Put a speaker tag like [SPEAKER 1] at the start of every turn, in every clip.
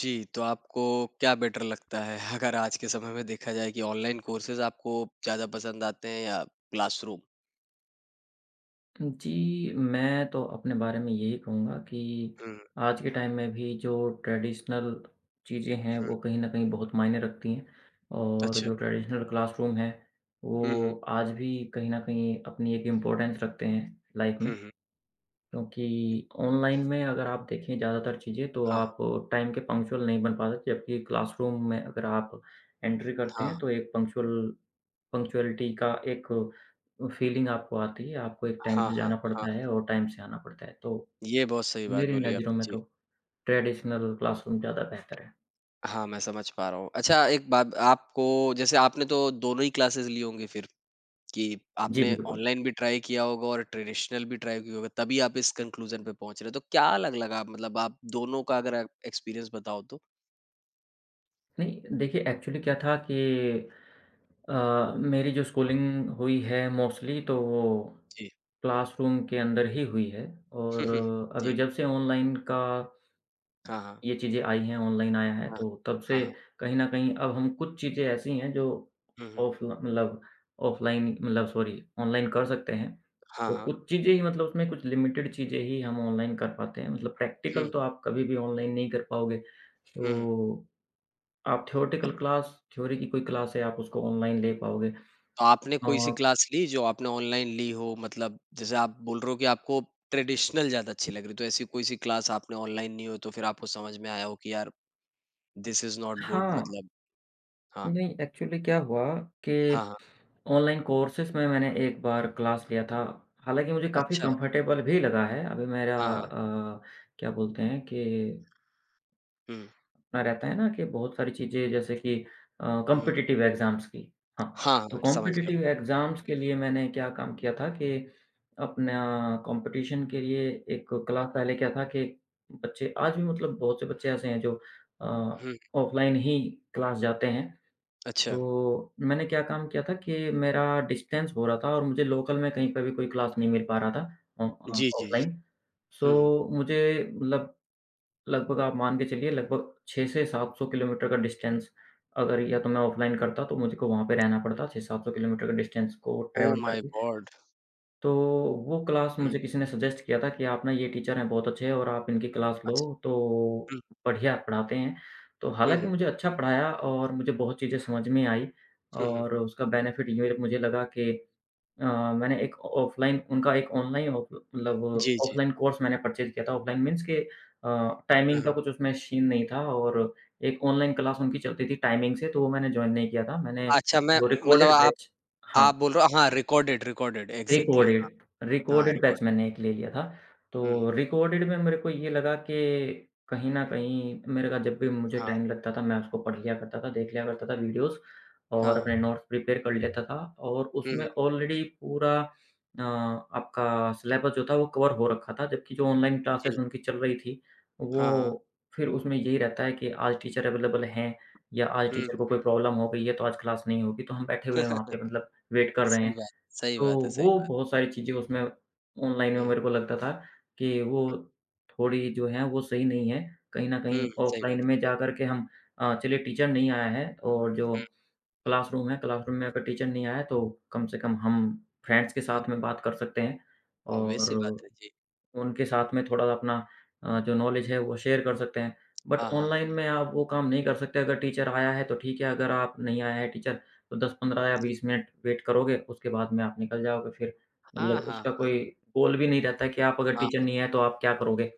[SPEAKER 1] जी, तो आपको क्या बेटर लगता है? अगर आज के समय में देखा जाए कि ऑनलाइन कोर्सेज़ आपको ज़्यादा पसंद आते हैं या क्लासरूम?
[SPEAKER 2] जी, मैं तो अपने बारे में यही कहूँगा कि
[SPEAKER 1] हुँ,
[SPEAKER 2] आज के टाइम में भी जो ट्रेडिशनल चीज़ें हैं,
[SPEAKER 1] हुँ।
[SPEAKER 2] वो कहीं न कहीं बहुत मायने रखती हैं और
[SPEAKER 1] अच्छा।
[SPEAKER 2] जो ट्रेडिशनल क्लासरूम है,
[SPEAKER 1] हुँ, हुँ।
[SPEAKER 2] वो आज भी कहीं न कहीं अपनी एक इम्पोर्टेंस रखते हैं लाइफ़
[SPEAKER 1] हुँ,
[SPEAKER 2] में।
[SPEAKER 1] हुँ।
[SPEAKER 2] क्योंकि ऑनलाइन में अगर आप देखें ज़्यादातर चीज़ें तो
[SPEAKER 1] हाँ,
[SPEAKER 2] आप टाइम के पंक्चुअल नहीं बन पाते, जबकि क्लासरूम में अगर आप एंट्री करते
[SPEAKER 1] हाँ,
[SPEAKER 2] हैं तो एक पंक्चुअलिटी का एक फीलिंग आपको आती है, आपको एक टाइम
[SPEAKER 1] हाँ,
[SPEAKER 2] से
[SPEAKER 1] हाँ,
[SPEAKER 2] जाना
[SPEAKER 1] हाँ।
[SPEAKER 2] पड़ता है और टाइम से आना पड़ता है। तो
[SPEAKER 1] ये बहुत सही बात
[SPEAKER 2] मेरी
[SPEAKER 1] बोली
[SPEAKER 2] नज़रों
[SPEAKER 1] आपने,
[SPEAKER 2] में
[SPEAKER 1] जी।
[SPEAKER 2] तो ट्रेडिशनल क्लासरूम ज़्यादा बेहतर है।
[SPEAKER 1] हाँ, मैं समझ पा रहा हूँ। अच्छा एक बात आपको जैसे आपने तो दोनों ही क्लासेज़ ली होंगी फिर कि
[SPEAKER 2] जी,
[SPEAKER 1] आपने
[SPEAKER 2] बिल्कुल।
[SPEAKER 1] ऑनलाइन भी ट्राई किया होगा और ट्रेडिशनल भी ट्राई किया होगा, तभी आप इस कन्क्लूज़न पे पहुँच रहे हो। तो क्या अलग लगा मतलब आप दोनों का अगर आप एक्सपीरियंस बताओ तो?
[SPEAKER 2] नहीं, देखिए एक्चुअली क्या था कि अ, मेरी जो स्कूलिंग हुई है मोस्टली, तो वो
[SPEAKER 1] जी।
[SPEAKER 2] क्लासरूम के अंदर ही हुई है
[SPEAKER 1] हुँ, हुँ।
[SPEAKER 2] और
[SPEAKER 1] जी।
[SPEAKER 2] अभी जब से ऑनलाइन का
[SPEAKER 1] हाँ, हाँ।
[SPEAKER 2] ये चीज़ें आई हैं, ऑनलाइन आया है
[SPEAKER 1] हाँ,
[SPEAKER 2] तो तब से
[SPEAKER 1] हाँ, हाँ।
[SPEAKER 2] कहीं न कहीं अब, हम कुछ चीज़ें ऐसी हैं जो
[SPEAKER 1] हुँ, हुँ।
[SPEAKER 2] ऑफ मतलब ऑफलाइन मतलब सॉरी ऑनलाइन कर सकते हैं।
[SPEAKER 1] हाँ,
[SPEAKER 2] तो
[SPEAKER 1] हाँ।
[SPEAKER 2] कुछ चीज़ें ही, मतलब उसमें कुछ लिमिटेड चीज़ें ही हम ऑनलाइन कर पाते हैं, मतलब प्रैक्टिकल
[SPEAKER 1] हुँ,
[SPEAKER 2] तो आप कभी भी ऑनलाइन नहीं कर पाओगे।
[SPEAKER 1] हुँ, हुँ।
[SPEAKER 2] तो आप थ्योरेटिकल क्लास थ्योरी की कोई क्लास है, आप उसको ऑनलाइन ले पाओगे।
[SPEAKER 1] तो आपने कोई सी
[SPEAKER 2] और
[SPEAKER 1] क्लास ली जो आपने ऑनलाइन ली हो मतलब जैसे आप बोल रहे हो कि आपको ट्रेडिशनल ज़्यादा अच्छी लग रही तो ऐसी कोई सी क्लास आपने ऑनलाइन ली हो तो फिर आपको समझ में आया हो कि यार दिस इज़ नॉट गुड
[SPEAKER 2] हाँ,
[SPEAKER 1] मतलब। हाँ,
[SPEAKER 2] नहीं एक्चुअली क्या हुआ कि
[SPEAKER 1] हाँ, हाँ।
[SPEAKER 2] ऑनलाइन कोर्सेज़ में मैंने एक बार क्लास लिया था। हालाँकि मुझे काफ़ी
[SPEAKER 1] अच्छा,
[SPEAKER 2] कम्फ़र्टेबल भी लगा है। अभी मेरा
[SPEAKER 1] हाँ, हाँ।
[SPEAKER 2] क्या बोलते हैं कि
[SPEAKER 1] हुँ,
[SPEAKER 2] ना, रहता है ना कि बहुत सारी चीज़ें जैसे कि
[SPEAKER 1] हुँ।
[SPEAKER 2] कॉम्पिटिटिव एग्ज़ाम्स की। हाँ,
[SPEAKER 1] हाँ,
[SPEAKER 2] तो
[SPEAKER 1] हाँ, समझ
[SPEAKER 2] कॉम्पिटिटिव
[SPEAKER 1] गया।
[SPEAKER 2] एग्ज़ाम्स के लिए मैंने क्या काम किया था कि अपना कॉम्पिटिशन के लिए एक क्लास, पहले क्या था कि बच्चे आज भी, मतलब बहुत से बच्चे ऐसे हैं जो अ,
[SPEAKER 1] हुँ,
[SPEAKER 2] ऑफ़लाइन ही क्लास जाते हैं।
[SPEAKER 1] अच्छा।
[SPEAKER 2] तो मैंने क्या काम किया था कि मेरा डिस्टेंस हो रहा था और मुझे लोकल में कहीं पे भी कोई क्लास नहीं मिल पा रहा था,
[SPEAKER 1] जी, जी।
[SPEAKER 2] ऑफ़लाइन।
[SPEAKER 1] हुँ, हुँ।
[SPEAKER 2] सो मुझे, मतलब लगभग आप मान के चलिए, लगभग 6 से 700 किलोमीटर का डिस्टेंस, अगर या तो मैं ऑफ़लाइन करता तो मुझे को वहाँ पे रहना पड़ता, 600-700 किलोमीटर का डिस्टेंस को
[SPEAKER 1] ओह
[SPEAKER 2] ट्रैवल
[SPEAKER 1] माय
[SPEAKER 2] करके।
[SPEAKER 1] गॉड!
[SPEAKER 2] तो वो क्लास
[SPEAKER 1] हुँ,
[SPEAKER 2] मुझे किसी ने सजेस्ट किया था कि आप ना, ये टीचर हैं बहुत अच्छे और आप इनकी क्लास लो,
[SPEAKER 1] अच्छा।
[SPEAKER 2] तो
[SPEAKER 1] हुँ,
[SPEAKER 2] बढ़िया पढ़ाते हैं। तो
[SPEAKER 1] हुँ,
[SPEAKER 2] हालाँकि
[SPEAKER 1] हुँ,
[SPEAKER 2] मुझे अच्छा पढ़ाया और मुझे बहुत चीज़ें समझ में आई
[SPEAKER 1] हुँ, हुँ।
[SPEAKER 2] और उसका बेनिफिट ये मुझे लगा कि अ, मैंने एक ऑफलाइन उनका एक ऑनलाइन ऑफ मतलब
[SPEAKER 1] जी, जी।
[SPEAKER 2] ऑफलाइन कोर्स मैंने परचेज़ किया था। ऑफलाइन मीन्स के अ,
[SPEAKER 1] हाँ,
[SPEAKER 2] टाइमिंग का
[SPEAKER 1] हाँ।
[SPEAKER 2] कुछ उसमें सीन नहीं था और एक ऑनलाइन क्लास उनकी चलती थी टाइमिंग से, तो वो मैंने जॉइन नहीं किया था। मैंने
[SPEAKER 1] अच्छा मैं
[SPEAKER 2] वो
[SPEAKER 1] मतलब
[SPEAKER 2] रिकॉर्डेड
[SPEAKER 1] आप
[SPEAKER 2] बैच, हाँ।
[SPEAKER 1] आप बोल रहे हो, हाँ, रिकॉर्डेड रिकॉर्डेड एग्ज़ैक्टली, हाँ,
[SPEAKER 2] रिकॉर्डेड,
[SPEAKER 1] हाँ,
[SPEAKER 2] रिकॉर्डेड बैच
[SPEAKER 1] रिकॉर्डेड।
[SPEAKER 2] मैंने एक ले लिया था।
[SPEAKER 1] हुँ,
[SPEAKER 2] तो रिकॉर्डेड में मेरे को ये लगा कि कहीं न कहीं मेरे का जब भी मुझे
[SPEAKER 1] हाँ,
[SPEAKER 2] टाइम लगता था, मैं उसको पढ़ लिया करता था, देख लिया करता था वीडियोज़
[SPEAKER 1] हाँ,
[SPEAKER 2] और अपने
[SPEAKER 1] हाँ।
[SPEAKER 2] नोट्स प्रिपेयर कर लेता था, और
[SPEAKER 1] हुँ,
[SPEAKER 2] उसमें ऑलरेडी पूरा आपका सिलेबस जो था वो कवर हो रखा था। जबकि जो ऑनलाइन क्लासेस
[SPEAKER 1] जी,
[SPEAKER 2] उनकी चल रही थी, वो
[SPEAKER 1] हाँ, हाँ।
[SPEAKER 2] फिर उसमें यही रहता है कि आज टीचर अवेलेबल हैं या आज
[SPEAKER 1] हुँ,
[SPEAKER 2] टीचर
[SPEAKER 1] हुँ।
[SPEAKER 2] को कोई प्रॉब्लम हो गई है, तो आज क्लास नहीं होगी, तो हम बैठे हुए हैं वहाँ पे, मतलब वेट कर रहे
[SPEAKER 1] सही
[SPEAKER 2] हैं।
[SPEAKER 1] बात सही
[SPEAKER 2] तो
[SPEAKER 1] बात है सही
[SPEAKER 2] वो
[SPEAKER 1] बात
[SPEAKER 2] बहुत सारी चीज़ें उसमें ऑनलाइन में
[SPEAKER 1] है। हुँ,
[SPEAKER 2] मेरे को लगता था कि वो थोड़ी, जो है वो सही नहीं है। कहीं न कहीं
[SPEAKER 1] हुँ, सही बात
[SPEAKER 2] ऑफ़लाइन
[SPEAKER 1] है।
[SPEAKER 2] में जाकर के हम, चलिए टीचर नहीं आया है और जो
[SPEAKER 1] हुँ,
[SPEAKER 2] क्लासरूम है, क्लासरूम में अगर टीचर नहीं आया है, तो कम से कम हम फ्रेंड्स के
[SPEAKER 1] हुँ,
[SPEAKER 2] साथ में बात कर सकते हैं
[SPEAKER 1] ऑब्वियस
[SPEAKER 2] और
[SPEAKER 1] सी बात है जी।
[SPEAKER 2] उनके साथ में थोड़ा अपना जो नॉलेज है वो शेयर कर सकते हैं। बट
[SPEAKER 1] हाँ,
[SPEAKER 2] ऑनलाइन
[SPEAKER 1] हाँ,
[SPEAKER 2] में आप वो काम नहीं कर सकते, अगर टीचर आया है तो ठीक है, अगर आप नहीं आया है टीचर तो 10-15 या 20 मिनट वेट करोगे, उसके बाद में आप निकल जाओगे फिर।
[SPEAKER 1] हाँ, हाँ,
[SPEAKER 2] मतलब
[SPEAKER 1] हाँ,
[SPEAKER 2] उसका कोई गोल भी नहीं रहता है कि आप अगर
[SPEAKER 1] हाँ,
[SPEAKER 2] टीचर नहीं आए तो आप क्या करोगे?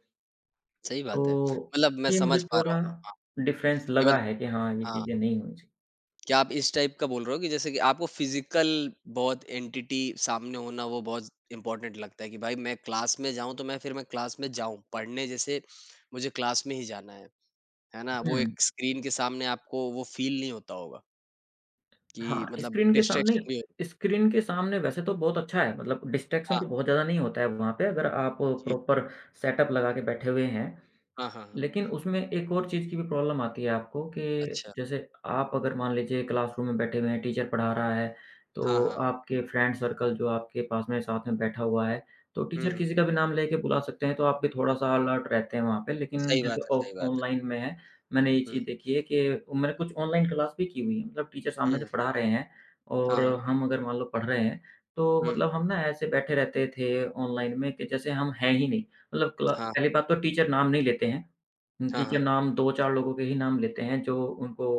[SPEAKER 1] सही बात है।
[SPEAKER 2] तो
[SPEAKER 1] मतलब मैं
[SPEAKER 2] ये
[SPEAKER 1] समझ
[SPEAKER 2] मुझे
[SPEAKER 1] पा रहा
[SPEAKER 2] थोड़ा
[SPEAKER 1] हूँ, हाँ,
[SPEAKER 2] डिफ़रेंस
[SPEAKER 1] ये मत
[SPEAKER 2] लगा है कि हाँ, ये
[SPEAKER 1] हाँ,
[SPEAKER 2] चीज़ें नहीं होनी चाहिए।
[SPEAKER 1] क्या आप इस टाइप का बोल रहे हो कि जैसे कि आपको फ़िज़िकल बहुत एंटिटी सामने होना वो बहुत इम्पोर्टेंट लगता है कि भाई मैं क्लास में जाऊँ तो मैं क्लास में जाऊँ, पढ़ने जैसे मुझे क्लास में ही जाना है। है ना? वो
[SPEAKER 2] हुँ।
[SPEAKER 1] एक स्क्रीन के सामने आपको वो फ़ील नहीं होता होगा कि
[SPEAKER 2] हाँ,
[SPEAKER 1] मतलब
[SPEAKER 2] स्क्रीन के सामने
[SPEAKER 1] डिस्ट्रैक्शन भी हो।
[SPEAKER 2] स्क्रीन के सामने वैसे तो बहुत अच्छा है, मतलब डिस्ट्रैक्शन
[SPEAKER 1] हाँ,
[SPEAKER 2] तो बहुत ज़्यादा नहीं होता है वहाँ पे, अगर आप
[SPEAKER 1] जी।
[SPEAKER 2] प्रॉपर सेटअप लगा के बैठे हुए हैं।
[SPEAKER 1] हाँ, हाँ, हाँ।
[SPEAKER 2] लेकिन उसमें एक और चीज़ की भी प्रॉब्लम आती है आपको कि
[SPEAKER 1] अच्छा।
[SPEAKER 2] जैसे, आप अगर मान लीजिए क्लासरूम में बैठे हुए हैं, टीचर पढ़ा रहा है,
[SPEAKER 1] हाँ,
[SPEAKER 2] तो
[SPEAKER 1] हाँ।
[SPEAKER 2] आपके फ्रेंड सर्कल जो आपके पास में साथ में बैठा हुआ है, तो टीचर
[SPEAKER 1] हुँ।
[SPEAKER 2] किसी का भी नाम लेके बुला सकते हैं, तो आप भी थोड़ा-सा अलर्ट रहते हैं वहाँ पे। लेकिन
[SPEAKER 1] सही बात
[SPEAKER 2] जैसे
[SPEAKER 1] है,
[SPEAKER 2] ऑ
[SPEAKER 1] सही बात
[SPEAKER 2] ऑनलाइन में है, मैंने ये
[SPEAKER 1] है। हुँ,
[SPEAKER 2] चीज़ देखी है कि मैंने कुछ ऑनलाइन क्लास भी की हुई है, मतलब टीचर सामने से
[SPEAKER 1] हुँ।
[SPEAKER 2] पढ़ा रहे हैं
[SPEAKER 1] हाँ,
[SPEAKER 2] और
[SPEAKER 1] हाँ।
[SPEAKER 2] हम अगर मान लो पढ़ रहे हैं, तो
[SPEAKER 1] हुँ।
[SPEAKER 2] मतलब हम ना, ऐसे बैठे रहते थे ऑनलाइन में कि जैसे हम हैं ही नहीं। मतलब क्ला
[SPEAKER 1] हाँ,
[SPEAKER 2] पहली बात तो, टीचर नाम नहीं लेते हैं। हुँ,
[SPEAKER 1] हाँ,
[SPEAKER 2] टीचर
[SPEAKER 1] हाँ।
[SPEAKER 2] नाम 2-4 लोगों के ही नाम लेते हैं, जो उनको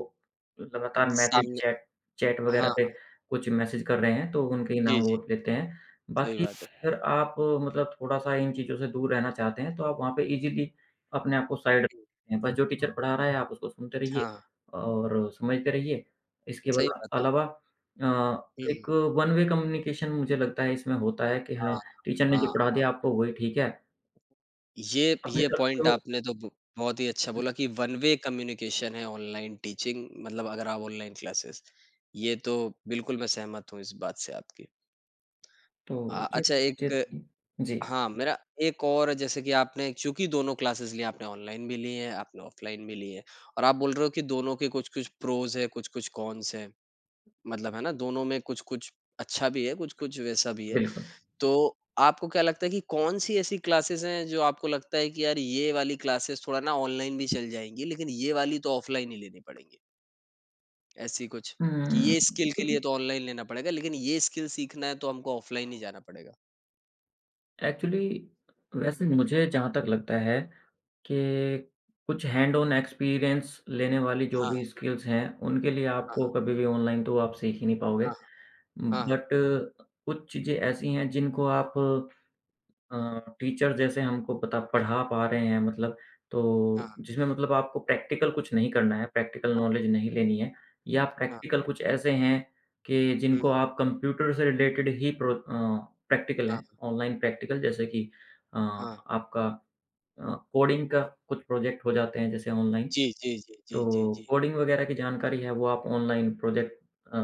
[SPEAKER 2] लगातार मैसेज,
[SPEAKER 1] सामने,
[SPEAKER 2] चैट चैट वगैरह
[SPEAKER 1] हाँ,
[SPEAKER 2] पे कुछ मैसेज कर रहे हैं, तो उनके ही
[SPEAKER 1] जी,
[SPEAKER 2] नाम वो
[SPEAKER 1] जी।
[SPEAKER 2] लेते हैं।
[SPEAKER 1] सही
[SPEAKER 2] बाकी
[SPEAKER 1] बात है।
[SPEAKER 2] अगर आप, मतलब थोड़ा-सा इन चीज़ों से दूर रहना चाहते हैं, तो आप वहाँ पे ईज़िली अपने आप को साइड रख
[SPEAKER 1] हुँ,
[SPEAKER 2] सकते हैं। बस जो टीचर पढ़ा रहा है, आप उसको सुनते रहिए
[SPEAKER 1] हाँ,
[SPEAKER 2] और समझते रहिए। इसके
[SPEAKER 1] सही
[SPEAKER 2] बला
[SPEAKER 1] बात है।
[SPEAKER 2] अलावा
[SPEAKER 1] हुँ, हुँ।
[SPEAKER 2] एक वन वे कम्युनिकेशन मुझे लगता है इसमें होता है कि हाँ,
[SPEAKER 1] हाँ,
[SPEAKER 2] टीचर ने
[SPEAKER 1] हाँ।
[SPEAKER 2] जो पढ़ा दिया आपको, वही ठीक है।
[SPEAKER 1] ये
[SPEAKER 2] अपनी
[SPEAKER 1] ये
[SPEAKER 2] तरफ
[SPEAKER 1] पॉइंट
[SPEAKER 2] से वो,
[SPEAKER 1] आपने तो ब बहुत ही अच्छा बोला कि वन वे कम्युनिकेशन है ऑनलाइन टीचिंग मतलब अगर आप ऑनलाइन क्लासेस, ये तो बिल्कुल मैं सहमत हूँ इस बात से आपकी।
[SPEAKER 2] तो ये
[SPEAKER 1] अच्छा
[SPEAKER 2] चीज़ें
[SPEAKER 1] एक
[SPEAKER 2] थी। जी।
[SPEAKER 1] हाँ, मेरा एक और जैसे कि आपने चूँकि दोनों क्लासेस ली हैं, आपने ऑनलाइन भी ली हैं, आपने ऑफ़लाइन भी ली हैं और आप बोल रहे हो कि दोनों के कुछ-कुछ प्रोज़ हैं, कुछ-कुछ कॉन्स हैं। मतलब है ना, दोनों में कुछ-कुछ अच्छा भी है, कुछ-कुछ वैसा भी है।
[SPEAKER 2] बिल्कुल।
[SPEAKER 1] तो आपको क्या लगता है कि कौन-सी ऐसी क्लासेस हैं जो आपको लगता है कि यार ये वाली क्लासेस थोड़ा ना ऑनलाइन भी चल जाएँगी, लेकिन ये वाली तो ऑफ़लाइन ही लेनी पड़ेंगी? ऐसी कुछ कि
[SPEAKER 2] हुँ,
[SPEAKER 1] ये स्किल के
[SPEAKER 2] देखिए
[SPEAKER 1] लिए तो ऑनलाइन लेना पड़ेगा, लेकिन ये स्किल सीखना है तो हमको ऑफ़लाइन ही जाना पड़ेगा।
[SPEAKER 2] एक्चुअली, वैसे मुझे जहाँ तक लगता है कि कुछ हैंड ऑन एक्सपीरियंस लेने वाली जो
[SPEAKER 1] हाँ,
[SPEAKER 2] भी स्किल्स हैं, उनके लिए
[SPEAKER 1] हाँ,
[SPEAKER 2] आपको
[SPEAKER 1] हाँ,
[SPEAKER 2] कभी भी ऑनलाइन, तो आप सीख ही नहीं पाओगे।
[SPEAKER 1] हाँ। हाँ,
[SPEAKER 2] बट कुछ चीज़ें ऐसी हैं जिनको आप, अ, टीचर जैसे हमको पता पढ़ा पा रहे हैं, मतलब, तो
[SPEAKER 1] हाँ।
[SPEAKER 2] जिसमें मतलब आपको प्रैक्टिकल कुछ नहीं करना है, प्रैक्टिकल
[SPEAKER 1] हाँ, हाँ।
[SPEAKER 2] नॉलेज नहीं लेनी है, या
[SPEAKER 1] हाँ, हाँ।
[SPEAKER 2] प्रैक्टिकल कुछ ऐसे हैं कि
[SPEAKER 1] हुँ,
[SPEAKER 2] जिनको आप, कंप्यूटर से रिलेटेड ही प्रैक्टिकल
[SPEAKER 1] हाँ,
[SPEAKER 2] है, ऑनलाइन प्रैक्टिकल जैसे कि अ,
[SPEAKER 1] हाँ।
[SPEAKER 2] आपका कोडिंग का कुछ प्रोजेक्ट हो जाते हैं जैसे ऑनलाइन,
[SPEAKER 1] जी, जी, जी, जी, जी,
[SPEAKER 2] तो
[SPEAKER 1] जी।
[SPEAKER 2] कोडिंग वगैरह की जानकारी है, वो आप ऑनलाइन प्रोजेक्ट अ,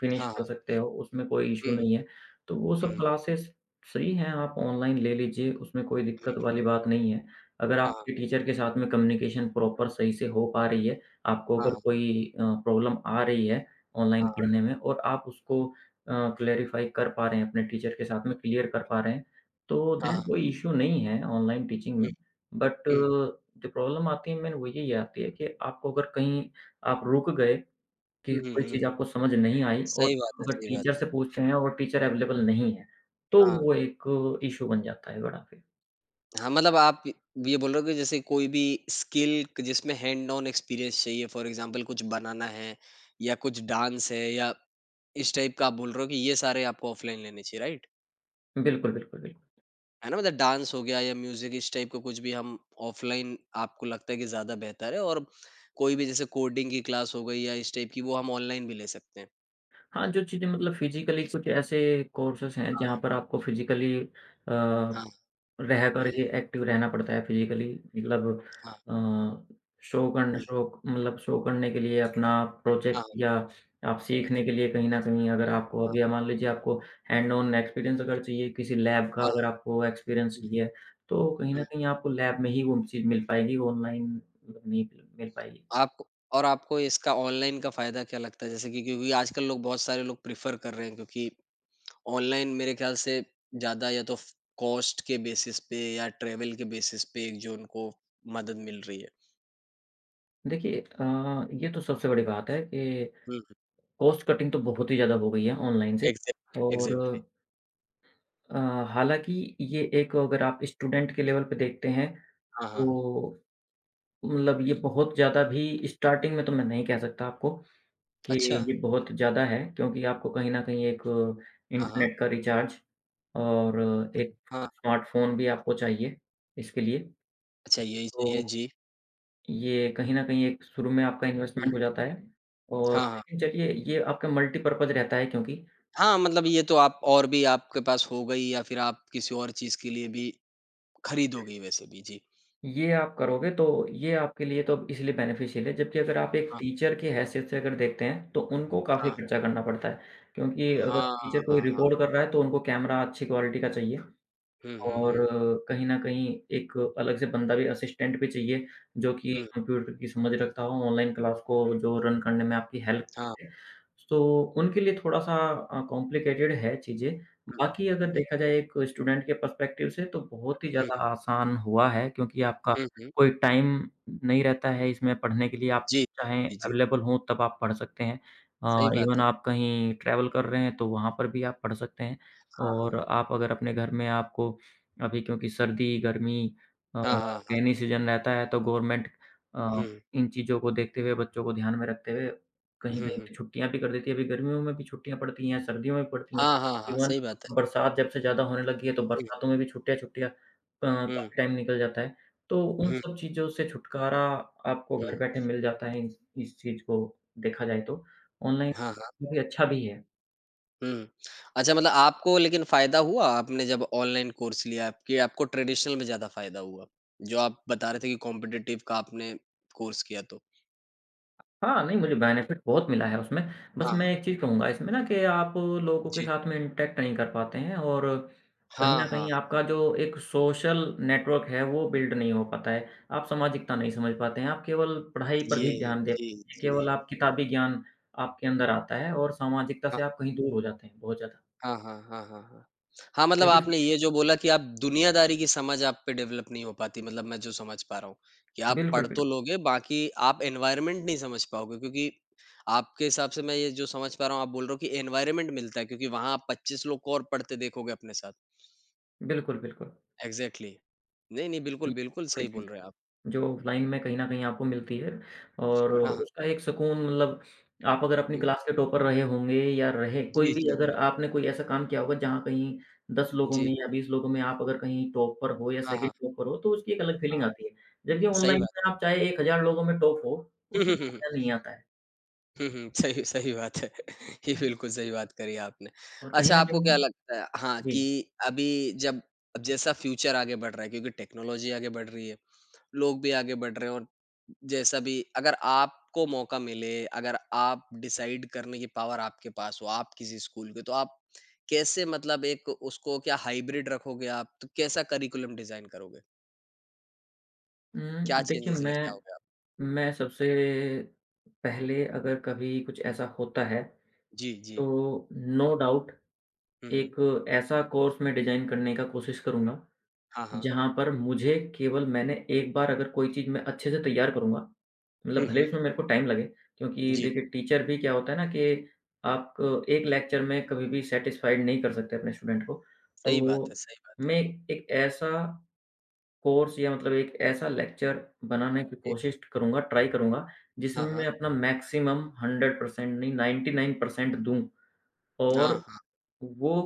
[SPEAKER 2] फिनिश
[SPEAKER 1] हाँ,
[SPEAKER 2] कर
[SPEAKER 1] हाँ।
[SPEAKER 2] सकते हो, उसमें कोई इश्यू
[SPEAKER 1] हुँ,
[SPEAKER 2] नहीं है। तो वो सब
[SPEAKER 1] हुँ।
[SPEAKER 2] क्लासेस फ्री हैं, आप ऑनलाइन ले लीजिए, उसमें कोई दिक्कत वाली बात नहीं है। अगर
[SPEAKER 1] हाँ,
[SPEAKER 2] आपके टीचर के साथ में कम्युनिकेशन प्रॉपर सही से हो पा रही है, आपको अगर
[SPEAKER 1] हाँ,
[SPEAKER 2] कोई प्रॉब्लम आ रही है ऑनलाइन
[SPEAKER 1] हाँ,
[SPEAKER 2] पढ़ने में और आप उसको अ, क्लैरिफ़ाई कर पा रहे हैं, अपने टीचर के साथ में क्लियर कर पा रहे हैं, तो
[SPEAKER 1] हाँ,
[SPEAKER 2] देन
[SPEAKER 1] हाँ।
[SPEAKER 2] कोई इश्यू नहीं है ऑनलाइन टीचिंग में।
[SPEAKER 1] हुँ,
[SPEAKER 2] बट
[SPEAKER 1] हुँ।
[SPEAKER 2] जो प्रॉब्लम आती है मेन, वो यही आती है कि आपको अगर कहीं आप रुक गए कि
[SPEAKER 1] हुँ, हुँ,
[SPEAKER 2] कोई
[SPEAKER 1] हुँ,
[SPEAKER 2] चीज़
[SPEAKER 1] हुँ।
[SPEAKER 2] आपको समझ नहीं आई, और
[SPEAKER 1] सही
[SPEAKER 2] आप
[SPEAKER 1] बात है,
[SPEAKER 2] अगर
[SPEAKER 1] सही
[SPEAKER 2] टीचर
[SPEAKER 1] बात है।
[SPEAKER 2] से पूछ रहे हैं और टीचर अवेलेबल नहीं है, तो
[SPEAKER 1] हाँ,
[SPEAKER 2] वो एक इश्यू बन जाता है बड़ा फिर।
[SPEAKER 1] हाँ, मतलब आप ये बोल रहे हो कि जैसे कोई भी स्किल क जिसमें हैंड ऑन एक्सपीरियंस चाहिए फॉर एग्ज़ाम्पल कुछ बनाना है या कुछ डांस है या इस टाइप का आप बोल रहे हो कि ये सारे आपको ऑफलाइन लेने चाहिए, राइट?
[SPEAKER 2] बिल्कुल, बिल्कुल, बिल्कुल।
[SPEAKER 1] है ना? मतलब डांस हो गया या म्यूज़िक इस टाइप का कुछ भी हम ऑफ़लाइन आपको लगता है कि ज़्यादा बेहतर है और कोई भी जैसे कोडिंग की क्लास हो गई या इस टाइप की वो हम ऑनलाइन भी ले सकते हैं।
[SPEAKER 2] हाँ, जो चीज़ें मतलब फिज़िकली कुछ ऐसे कोर्सेज़ हैं जहाँ
[SPEAKER 1] हाँ,
[SPEAKER 2] पर आपको फिज़िकली अ
[SPEAKER 1] हाँ,
[SPEAKER 2] रहकर
[SPEAKER 1] हुँ,
[SPEAKER 2] ही एक्टिव रहना पड़ता है, फिज़िकली मतलब,
[SPEAKER 1] हाँ,
[SPEAKER 2] अ, शो करने
[SPEAKER 1] हुँ,
[SPEAKER 2] शो मतलब शो करने के लिए अपना
[SPEAKER 1] हाँ,
[SPEAKER 2] प्रोजेक्ट, या आप सीखने के लिए कहीं न कहीं, अगर आपको
[SPEAKER 1] हाँ,
[SPEAKER 2] अभी मान लीजिए आपको हैंड ऑन एक्सपीरियंस अगर चाहिए, किसी लैब का
[SPEAKER 1] हाँ,
[SPEAKER 2] अगर आपको एक्सपीरियंस
[SPEAKER 1] हुँ,
[SPEAKER 2] चाहिए, तो कहीं
[SPEAKER 1] हुँ।
[SPEAKER 2] न कहीं आपको लैब में ही वो चीज़ मिल पाएगी, ऑनलाइन नहीं मिल पाएगी।
[SPEAKER 1] आपको और आपको इसका ऑनलाइन का फ़ायदा क्या लगता है? जैसे कि क्योंकि आजकल लोग बहुत सारे लोग प्रेफ़र कर रहे हैं क्योंकि ऑनलाइन मेरे ख़्याल से ज़्यादा या तो फ कॉस्ट के बेसिस पे या ट्रैवल के बेसिस पे एक जो उनको मदद मिल रही है।
[SPEAKER 2] देखिए ये तो सबसे बड़ी बात है कि
[SPEAKER 1] हुँ, हुँ।
[SPEAKER 2] कॉस्ट कटिंग तो बहुत ही ज़्यादा हो गई है ऑनलाइन से, और
[SPEAKER 1] एग्ज़ैक्टली।
[SPEAKER 2] अ, हालाँकि ये एक, अगर आप स्टूडेंट के लेवल पे देखते हैं,
[SPEAKER 1] हाँ, हाँ।
[SPEAKER 2] तो मतलब ये बहुत ज़्यादा भी, स्टार्टिंग में तो मैं नहीं कह सकता आपको कि
[SPEAKER 1] अच्छा।
[SPEAKER 2] ये बहुत ज़्यादा है, क्योंकि आपको कहीं न कहीं एक
[SPEAKER 1] हाँ, हाँ।
[SPEAKER 2] इंटरनेट का रिचार्ज और एक
[SPEAKER 1] हाँ,
[SPEAKER 2] स्मार्टफ़ोन भी आपको चाहिए इसके लिए।
[SPEAKER 1] अच्छा यही चाहिए,
[SPEAKER 2] तो
[SPEAKER 1] जी।
[SPEAKER 2] ये कहीं न कहीं एक, शुरू में आपका
[SPEAKER 1] हुँ,
[SPEAKER 2] इन्वेस्टमेंट हो जाता है और
[SPEAKER 1] हाँ, हाँ।
[SPEAKER 2] लेकिन चलिए, ये आपका मल्टीपर्पज़ रहता है, क्योंकि
[SPEAKER 1] हाँ, मतलब ये तो आप और भी आपके पास हो गई या फिर आप किसी और चीज़ के लिए भी खरीदोगे वैसे भी, जी।
[SPEAKER 2] ये आप करोगे तो ये आपके लिए तो इसलिए बेनिफिशियल है, जबकि अगर आप एक
[SPEAKER 1] हाँ,
[SPEAKER 2] टीचर की हैसियत से अगर देखते हैं, तो उनको काफ़ी
[SPEAKER 1] हाँ।
[SPEAKER 2] खर्चा करना पड़ता है। क्योंकि अगर
[SPEAKER 1] हाँ,
[SPEAKER 2] टीचर कोई
[SPEAKER 1] हाँ,
[SPEAKER 2] रिकॉर्ड
[SPEAKER 1] हाँ।
[SPEAKER 2] कर रहा है, तो उनको कैमरा अच्छी क्वालिटी का चाहिए।
[SPEAKER 1] हुँ, हुँ,
[SPEAKER 2] और
[SPEAKER 1] हुँ।
[SPEAKER 2] कहीं न कहीं एक अलग से बंदा भी, असिस्टेंट भी चाहिए, जो कि
[SPEAKER 1] हुँ,
[SPEAKER 2] कंप्यूटर की समझ रखता हो, ऑनलाइन क्लास को जो रन करने में आपकी हेल्प
[SPEAKER 1] हाँ।
[SPEAKER 2] करे। तो उनके लिए थोड़ा-सा कॉम्प्लिकेटेड है चीज़ें।
[SPEAKER 1] हुँ, हुँ।
[SPEAKER 2] बाकी अगर देखा जाए एक स्टूडेंट के पर्सपेक्टिव से, तो बहुत ही
[SPEAKER 1] हुँ,
[SPEAKER 2] ज़्यादा
[SPEAKER 1] हुँ,
[SPEAKER 2] आसान हुआ है, क्योंकि आपका
[SPEAKER 1] हुँ, हुँ।
[SPEAKER 2] कोई टाइम नहीं रहता है इसमें पढ़ने के लिए, आप
[SPEAKER 1] जी,
[SPEAKER 2] चाहें
[SPEAKER 1] जी, जी।
[SPEAKER 2] अवेलेबल हों तब आप पढ़ सकते हैं।
[SPEAKER 1] सही बात
[SPEAKER 2] इवन
[SPEAKER 1] है।
[SPEAKER 2] आप कहीं ट्रैवल कर रहे हैं तो वहाँ पर भी आप पढ़ सकते हैं,
[SPEAKER 1] हाँ, हाँ।
[SPEAKER 2] और आप अगर अपने घर में आपको, अभी क्योंकि सर्दी, गर्मी, अ,
[SPEAKER 1] हाँ, हाँ,
[SPEAKER 2] रेनी
[SPEAKER 1] हाँ।
[SPEAKER 2] सीज़न रहता है, तो गवर्नमेंट अ,
[SPEAKER 1] हुँ,
[SPEAKER 2] इन चीज़ों को देखते हुए, बच्चों को ध्यान में रखते हुए,
[SPEAKER 1] हुँ,
[SPEAKER 2] कहीं-कहीं
[SPEAKER 1] हुँ।
[SPEAKER 2] पे छुट्टियाँ भी कर देती है। अभी गर्मियों में भी छुट्टियाँ पड़ती हैं, सर्दियों में भी पड़ती हैं।
[SPEAKER 1] हाँ, हाँ, हाँ,
[SPEAKER 2] इवन
[SPEAKER 1] सही बात है।
[SPEAKER 2] तो बरसात जब से ज़्यादा होने लगी है, तो
[SPEAKER 1] हुँ,
[SPEAKER 2] बरसातों में भी छुट्टियाँ-छुट्टियाँ
[SPEAKER 1] हुँ,
[SPEAKER 2] काफ़ी टाइम निकल जाता है। तो उन
[SPEAKER 1] हुँ,
[SPEAKER 2] सब चीज़ों से छुटकारा आपको
[SPEAKER 1] हुँ।
[SPEAKER 2] घर बैठे मिल जाता है, इस चीज़ को देखा जाए तो। ऑनलाइन
[SPEAKER 1] हाँ।
[SPEAKER 2] काफ़ी अच्छा भी है।
[SPEAKER 1] हुँ। अच्छा मतलब आपको लेकिन फ़ायदा हुआ आपने जब ऑनलाइन कोर्स लिया कि आपको ट्रेडिशनल में ज़्यादा फ़ायदा हुआ? जो आप बता रहे थे कि कॉम्पिटिटिव का आपने कोर्स किया तो।
[SPEAKER 2] हाँ, नहीं, मुझे बेनिफ़िट बहुत मिला है उसमें। बस
[SPEAKER 1] हाँ,
[SPEAKER 2] मैं
[SPEAKER 1] हाँ।
[SPEAKER 2] एक चीज़ कहूँगा इसमें ना, कि आप लोगों के
[SPEAKER 1] जी।
[SPEAKER 2] साथ में इंटरैक्ट नहीं कर पाते हैं और कहीं
[SPEAKER 1] हाँ,
[SPEAKER 2] न
[SPEAKER 1] हाँ।
[SPEAKER 2] कहीं आपका जो एक सोशल नेटवर्क है, वो बिल्ड नहीं हो पाता है। आप सामाजिकता नहीं समझ पाते हैं, आप केवल पढ़ाई पर
[SPEAKER 1] ये
[SPEAKER 2] ही ध्यान दे
[SPEAKER 1] जी,
[SPEAKER 2] पाते हैं,
[SPEAKER 1] जी।
[SPEAKER 2] केवल आप किताबी ज्ञान आपके अंदर आता है और सामाजिकता से
[SPEAKER 1] हाँ।
[SPEAKER 2] आप कहीं दूर हो जाते हैं बहुत ज़्यादा।
[SPEAKER 1] हाँ, हाँ, हाँ, हाँ, हाँ। हाँ, मतलब
[SPEAKER 2] क्योंकि
[SPEAKER 1] आपने ये जो बोला कि आप दुनियादारी की समझ आप पे डेवलप नहीं हो पाती मतलब मैं जो समझ पा रहा हूँ, कि आप
[SPEAKER 2] बिल्कुल,
[SPEAKER 1] पढ़ तो
[SPEAKER 2] बिल्कुल।
[SPEAKER 1] लोगे बाकी आप एनवायरनमेंट नहीं समझ पाओगे क्योंकि आपके हिसाब से मैं ये जो समझ पा रहा हूँ आप बोल रहे हो कि एनवायरनमेंट मिलता है क्योंकि वहाँ आप 25 लोग को और पढ़ते देखोगे अपने साथ।
[SPEAKER 2] बिल्कुल, बिल्कुल।
[SPEAKER 1] एग्ज़ैक्टली। नहीं, नहीं, बिल्कुल,
[SPEAKER 2] ये
[SPEAKER 1] बिल्कुल
[SPEAKER 2] बड़ी
[SPEAKER 1] सही
[SPEAKER 2] चीज़
[SPEAKER 1] बोल रहे हैं आप।
[SPEAKER 2] है। जो ऑफ़लाइन में कहीं न कहीं आपको मिलती है, और
[SPEAKER 1] हाँ,
[SPEAKER 2] बिल्कुल।
[SPEAKER 1] हाँ।
[SPEAKER 2] उसका एक सुकून, मतलब आप अगर अपनी
[SPEAKER 1] जी,
[SPEAKER 2] क्लास के टॉपर रहे होंगे, या रहे कोई
[SPEAKER 1] जी,
[SPEAKER 2] भी,
[SPEAKER 1] जी।
[SPEAKER 2] अगर आपने कोई ऐसा काम किया होगा जहाँ कहीं 10 लोगों
[SPEAKER 1] जी।
[SPEAKER 2] में या 20 लोगों में आप अगर कहीं टॉपर हो या
[SPEAKER 1] हाँ,
[SPEAKER 2] सेकंड
[SPEAKER 1] हाँ,
[SPEAKER 2] टॉपर हो, तो उसकी एक अलग फीलिंग
[SPEAKER 1] हाँ।
[SPEAKER 2] आती है। जबकि
[SPEAKER 1] सही
[SPEAKER 2] ऑनलाइन
[SPEAKER 1] बात है।
[SPEAKER 2] में आप चाहे 1000 लोगों में टॉप हो, उसमें वो मज़ा नहीं आता है।
[SPEAKER 1] हुँ, हुँ। सही सही बात है। ये बिल्कुल सही बात करी आपने।
[SPEAKER 2] और कहीं
[SPEAKER 1] अच्छा
[SPEAKER 2] न
[SPEAKER 1] आपको क्या
[SPEAKER 2] कहीं।
[SPEAKER 1] लगता है, हाँ,
[SPEAKER 2] जी।
[SPEAKER 1] कि अभी जब अब जैसा फ्यूचर आगे बढ़ रहा है क्योंकि टेक्नोलॉज़ी आगे बढ़ रही है, लोग भी आगे बढ़ रहे हैं और जैसा भी अगर आपको मौका मिले, अगर आप डिसाइड करने की पावर आपके पास हो, आप किसी स्कूल के, तो आप कैसे मतलब एक उसको क्या हाइब्रिड रखोगे आप? तो कैसा करिकुलम डिज़ाइन करोगे? क्या
[SPEAKER 2] देखिए,
[SPEAKER 1] चेंजेज़ लेके
[SPEAKER 2] मैं
[SPEAKER 1] आओगे आप?
[SPEAKER 2] मैं सबसे पहले, अगर कभी कुछ ऐसा होता है,
[SPEAKER 1] जी, जी।
[SPEAKER 2] तो नो डाउट
[SPEAKER 1] हुँ, हुँ।
[SPEAKER 2] एक ऐसा कोर्स मैं डिज़ाइन करने का कोशिश करूँगा,
[SPEAKER 1] हाँ, हाँ।
[SPEAKER 2] जहाँ पर मुझे केवल, मैंने एक बार अगर कोई चीज़ मैं अच्छे से तैयार करूँगा, मतलब
[SPEAKER 1] हुँ,
[SPEAKER 2] भले ही
[SPEAKER 1] हुँ।
[SPEAKER 2] उसमें मेरे को टाइम लगे, क्योंकि
[SPEAKER 1] जी।
[SPEAKER 2] देखिए टीचर भी क्या होता है ना, कि आप एक लेक्चर में कभी भी सैटिस्फाइड नहीं कर सकते अपने स्टूडेंट को।
[SPEAKER 1] सही बात है,
[SPEAKER 2] तो
[SPEAKER 1] सही बात है।
[SPEAKER 2] मैं एक ऐसा कोर्स, या मतलब एक ऐसा लेक्चर बनाने की कोशिश करूँगा, ट्राई करूँगा,
[SPEAKER 1] हाँ,
[SPEAKER 2] जिसमें मैं
[SPEAKER 1] हाँ।
[SPEAKER 2] अपना मैक्सिमम 100% नहीं, 99% दूँ,
[SPEAKER 1] हाँ,
[SPEAKER 2] और
[SPEAKER 1] हाँ।
[SPEAKER 2] वो,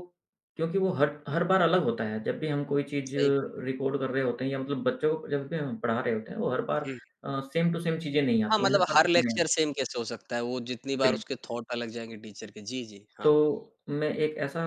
[SPEAKER 2] क्योंकि वो हर हर बार अलग होता है, जब भी हम कोई चीज़
[SPEAKER 1] सही बात
[SPEAKER 2] रिकॉर्ड कर रहे होते हैं, या मतलब बच्चों को जब भी हम पढ़ा रहे होते हैं, वो हर बार
[SPEAKER 1] है। हुँ।
[SPEAKER 2] सेम टू सेम चीज़ें नहीं
[SPEAKER 1] हाँ,
[SPEAKER 2] आती हैं, हर
[SPEAKER 1] मतलब
[SPEAKER 2] बार
[SPEAKER 1] हर
[SPEAKER 2] कुछ नया।
[SPEAKER 1] लेक्चर सेम कैसे हो सकता है? वो जितनी बार
[SPEAKER 2] बिल
[SPEAKER 1] उसके थॉट अलग जाएँगे टीचर के। जी, जी। हाँ,
[SPEAKER 2] तो मैं एक ऐसा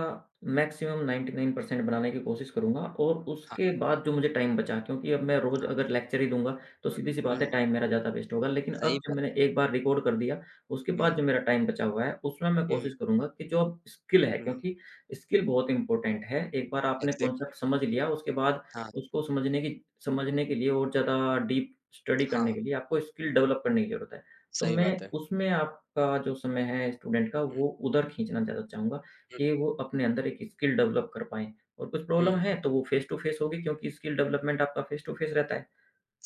[SPEAKER 2] मैक्सिमम 99% बनाने की कोशिश करूँगा, और उसके
[SPEAKER 1] हाँ,
[SPEAKER 2] बाद जो मुझे टाइम बचा, क्योंकि अब मैं रोज़
[SPEAKER 1] हाँ।
[SPEAKER 2] अगर लेक्चर ही दूँगा, तो। हुँ, हुँ। सीधी-सी
[SPEAKER 1] हुँ,
[SPEAKER 2] बात है,
[SPEAKER 1] हुँ।
[SPEAKER 2] टाइम मेरा ज़्यादा वेस्ट होगा। लेकिन
[SPEAKER 1] सही
[SPEAKER 2] अब जब
[SPEAKER 1] बात है।
[SPEAKER 2] मैंने एक बार रिकॉर्ड कर दिया, उसके
[SPEAKER 1] हुँ,
[SPEAKER 2] बाद
[SPEAKER 1] हुँ।
[SPEAKER 2] जो मेरा टाइम बचा हुआ है, उसमें मैं
[SPEAKER 1] हुँ, हुँ,
[SPEAKER 2] कोशिश करूँगा कि जो अब स्किल है,
[SPEAKER 1] हुँ, हुँ।
[SPEAKER 2] क्योंकि स्किल बहुत इम्पोर्टेंट है। एक बार आपने
[SPEAKER 1] एग्ज़ैक्टली।
[SPEAKER 2] कॉन्सेप्ट समझ लिया, उसके बाद
[SPEAKER 1] हाँ,
[SPEAKER 2] उसको समझने के लिए और ज़्यादा डीप स्टडी
[SPEAKER 1] हाँ,
[SPEAKER 2] करने
[SPEAKER 1] हाँ।
[SPEAKER 2] के लिए आपको स्किल डेवलप करने की ज़रूरत है। तो
[SPEAKER 1] सही
[SPEAKER 2] मैं
[SPEAKER 1] बात है।
[SPEAKER 2] उसमें आपका जो समय है स्टूडेंट का,
[SPEAKER 1] हुँ,
[SPEAKER 2] वो उधर खींचना ज़्यादा चाहूँगा,
[SPEAKER 1] हुँ,
[SPEAKER 2] कि
[SPEAKER 1] हुँ।
[SPEAKER 2] वो अपने अंदर एक स्किल डेवलप कर पाएँ, और कुछ
[SPEAKER 1] हुँ,
[SPEAKER 2] प्रॉब्लम
[SPEAKER 1] हुँ।
[SPEAKER 2] है तो वो फ़ेस टू फ़ेस होगी, क्योंकि स्किल डेवलपमेंट आपका फ़ेस टू फ़ेस रहता है।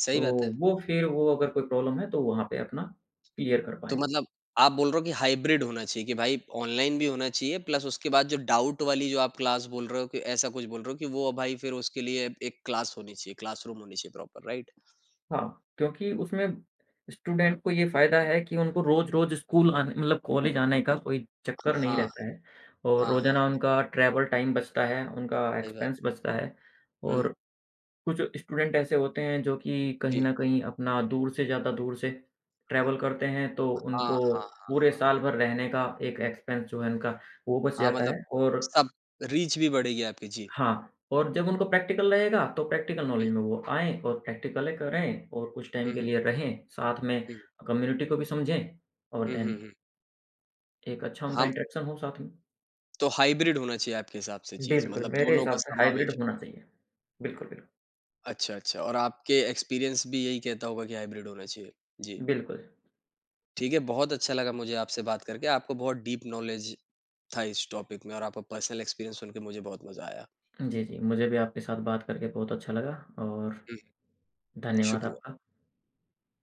[SPEAKER 1] सही
[SPEAKER 2] तो
[SPEAKER 1] बात है।
[SPEAKER 2] वो फिर, वो अगर कोई प्रॉब्लम है तो वहाँ पे अपना क्लियर कर
[SPEAKER 1] तो
[SPEAKER 2] पाएँ।
[SPEAKER 1] मतलब आप बोल रहे हो कि हाइब्रिड होना चाहिए कि भाई ऑनलाइन भी होना चाहिए प्लस उसके बाद जो डाउट वाली जो आप क्लास बोल रहे हो कि ऐसा कुछ बोल रहे हो कि वो भाई फिर उसके लिए एक क्लास होनी चाहिए, क्लासरूम होनी चाहिए प्रॉपर, राइट?
[SPEAKER 2] हाँ, क्योंकि उसमें स्टूडेंट को ये फ़ायदा है कि उनको रोज़-रोज़ स्कूल आने, मतलब कॉलेज आने का कोई चक्कर नहीं
[SPEAKER 1] हाँ,
[SPEAKER 2] रहता है, और
[SPEAKER 1] हाँ, हाँ।
[SPEAKER 2] रोज़ाना उनका ट्रैवल टाइम बचता है, उनका
[SPEAKER 1] सही बात।
[SPEAKER 2] एक्सपेंस बचता है।
[SPEAKER 1] हुँ,
[SPEAKER 2] और कुछ स्टूडेंट ऐसे होते हैं, जो कि कहीं
[SPEAKER 1] जी।
[SPEAKER 2] न कहीं अपना दूर से, ज़्यादा दूर से ट्रैवल करते हैं, तो
[SPEAKER 1] हाँ,
[SPEAKER 2] उनको
[SPEAKER 1] हाँ, हाँ,
[SPEAKER 2] पूरे
[SPEAKER 1] हाँ।
[SPEAKER 2] साल भर रहने का एक एक्सपेंस जो है उनका, वो बच
[SPEAKER 1] हाँ,
[SPEAKER 2] जाता
[SPEAKER 1] मतलब
[SPEAKER 2] है। और
[SPEAKER 1] सब रीच भी बढ़ेगी आपकी। जी।
[SPEAKER 2] हाँ, और जब उनको प्रैक्टिकल रहेगा तो प्रैक्टिकल
[SPEAKER 1] हुँ,
[SPEAKER 2] नॉलेज में
[SPEAKER 1] हुँ,
[SPEAKER 2] वो आएँ और प्रैक्टिकलें करें, और कुछ टाइम के
[SPEAKER 1] हुँ,
[SPEAKER 2] लिए रहें, साथ में
[SPEAKER 1] हुँ,
[SPEAKER 2] कम्युनिटी को भी समझें, और
[SPEAKER 1] हुँ, हुँ,
[SPEAKER 2] देन
[SPEAKER 1] हुँ।
[SPEAKER 2] एक अच्छा उनका
[SPEAKER 1] हाँ,
[SPEAKER 2] इंटरेक्शन हो साथ में।
[SPEAKER 1] तो हाइब्रिड होना चाहिए आपके हिसाब से चीज़
[SPEAKER 2] बिल्कुल,
[SPEAKER 1] मतलब
[SPEAKER 2] मेरे
[SPEAKER 1] दोनों का
[SPEAKER 2] हिसाब से हाइब्रिड
[SPEAKER 1] समावेश।
[SPEAKER 2] होना चाहिए। बिल्कुल, बिल्कुल।
[SPEAKER 1] अच्छा, अच्छा और आपके एक्सपीरियंस भी यही कहता होगा कि हाइब्रिड होना चाहिए। जी,
[SPEAKER 2] बिल्कुल।
[SPEAKER 1] ठीक है, बहुत अच्छा लगा मुझे आपसे बात करके। आपको बहुत डीप नॉलेज था इस टॉपिक में और आपका पर्सनल एक्सपीरियंस सुन के मुझे बहुत मज़ा आया।
[SPEAKER 2] जी, जी। मुझे भी आपके साथ बात करके बहुत अच्छा लगा, और
[SPEAKER 1] हुँ,
[SPEAKER 2] धन्यवाद
[SPEAKER 1] शुक्रिया।
[SPEAKER 2] आपका।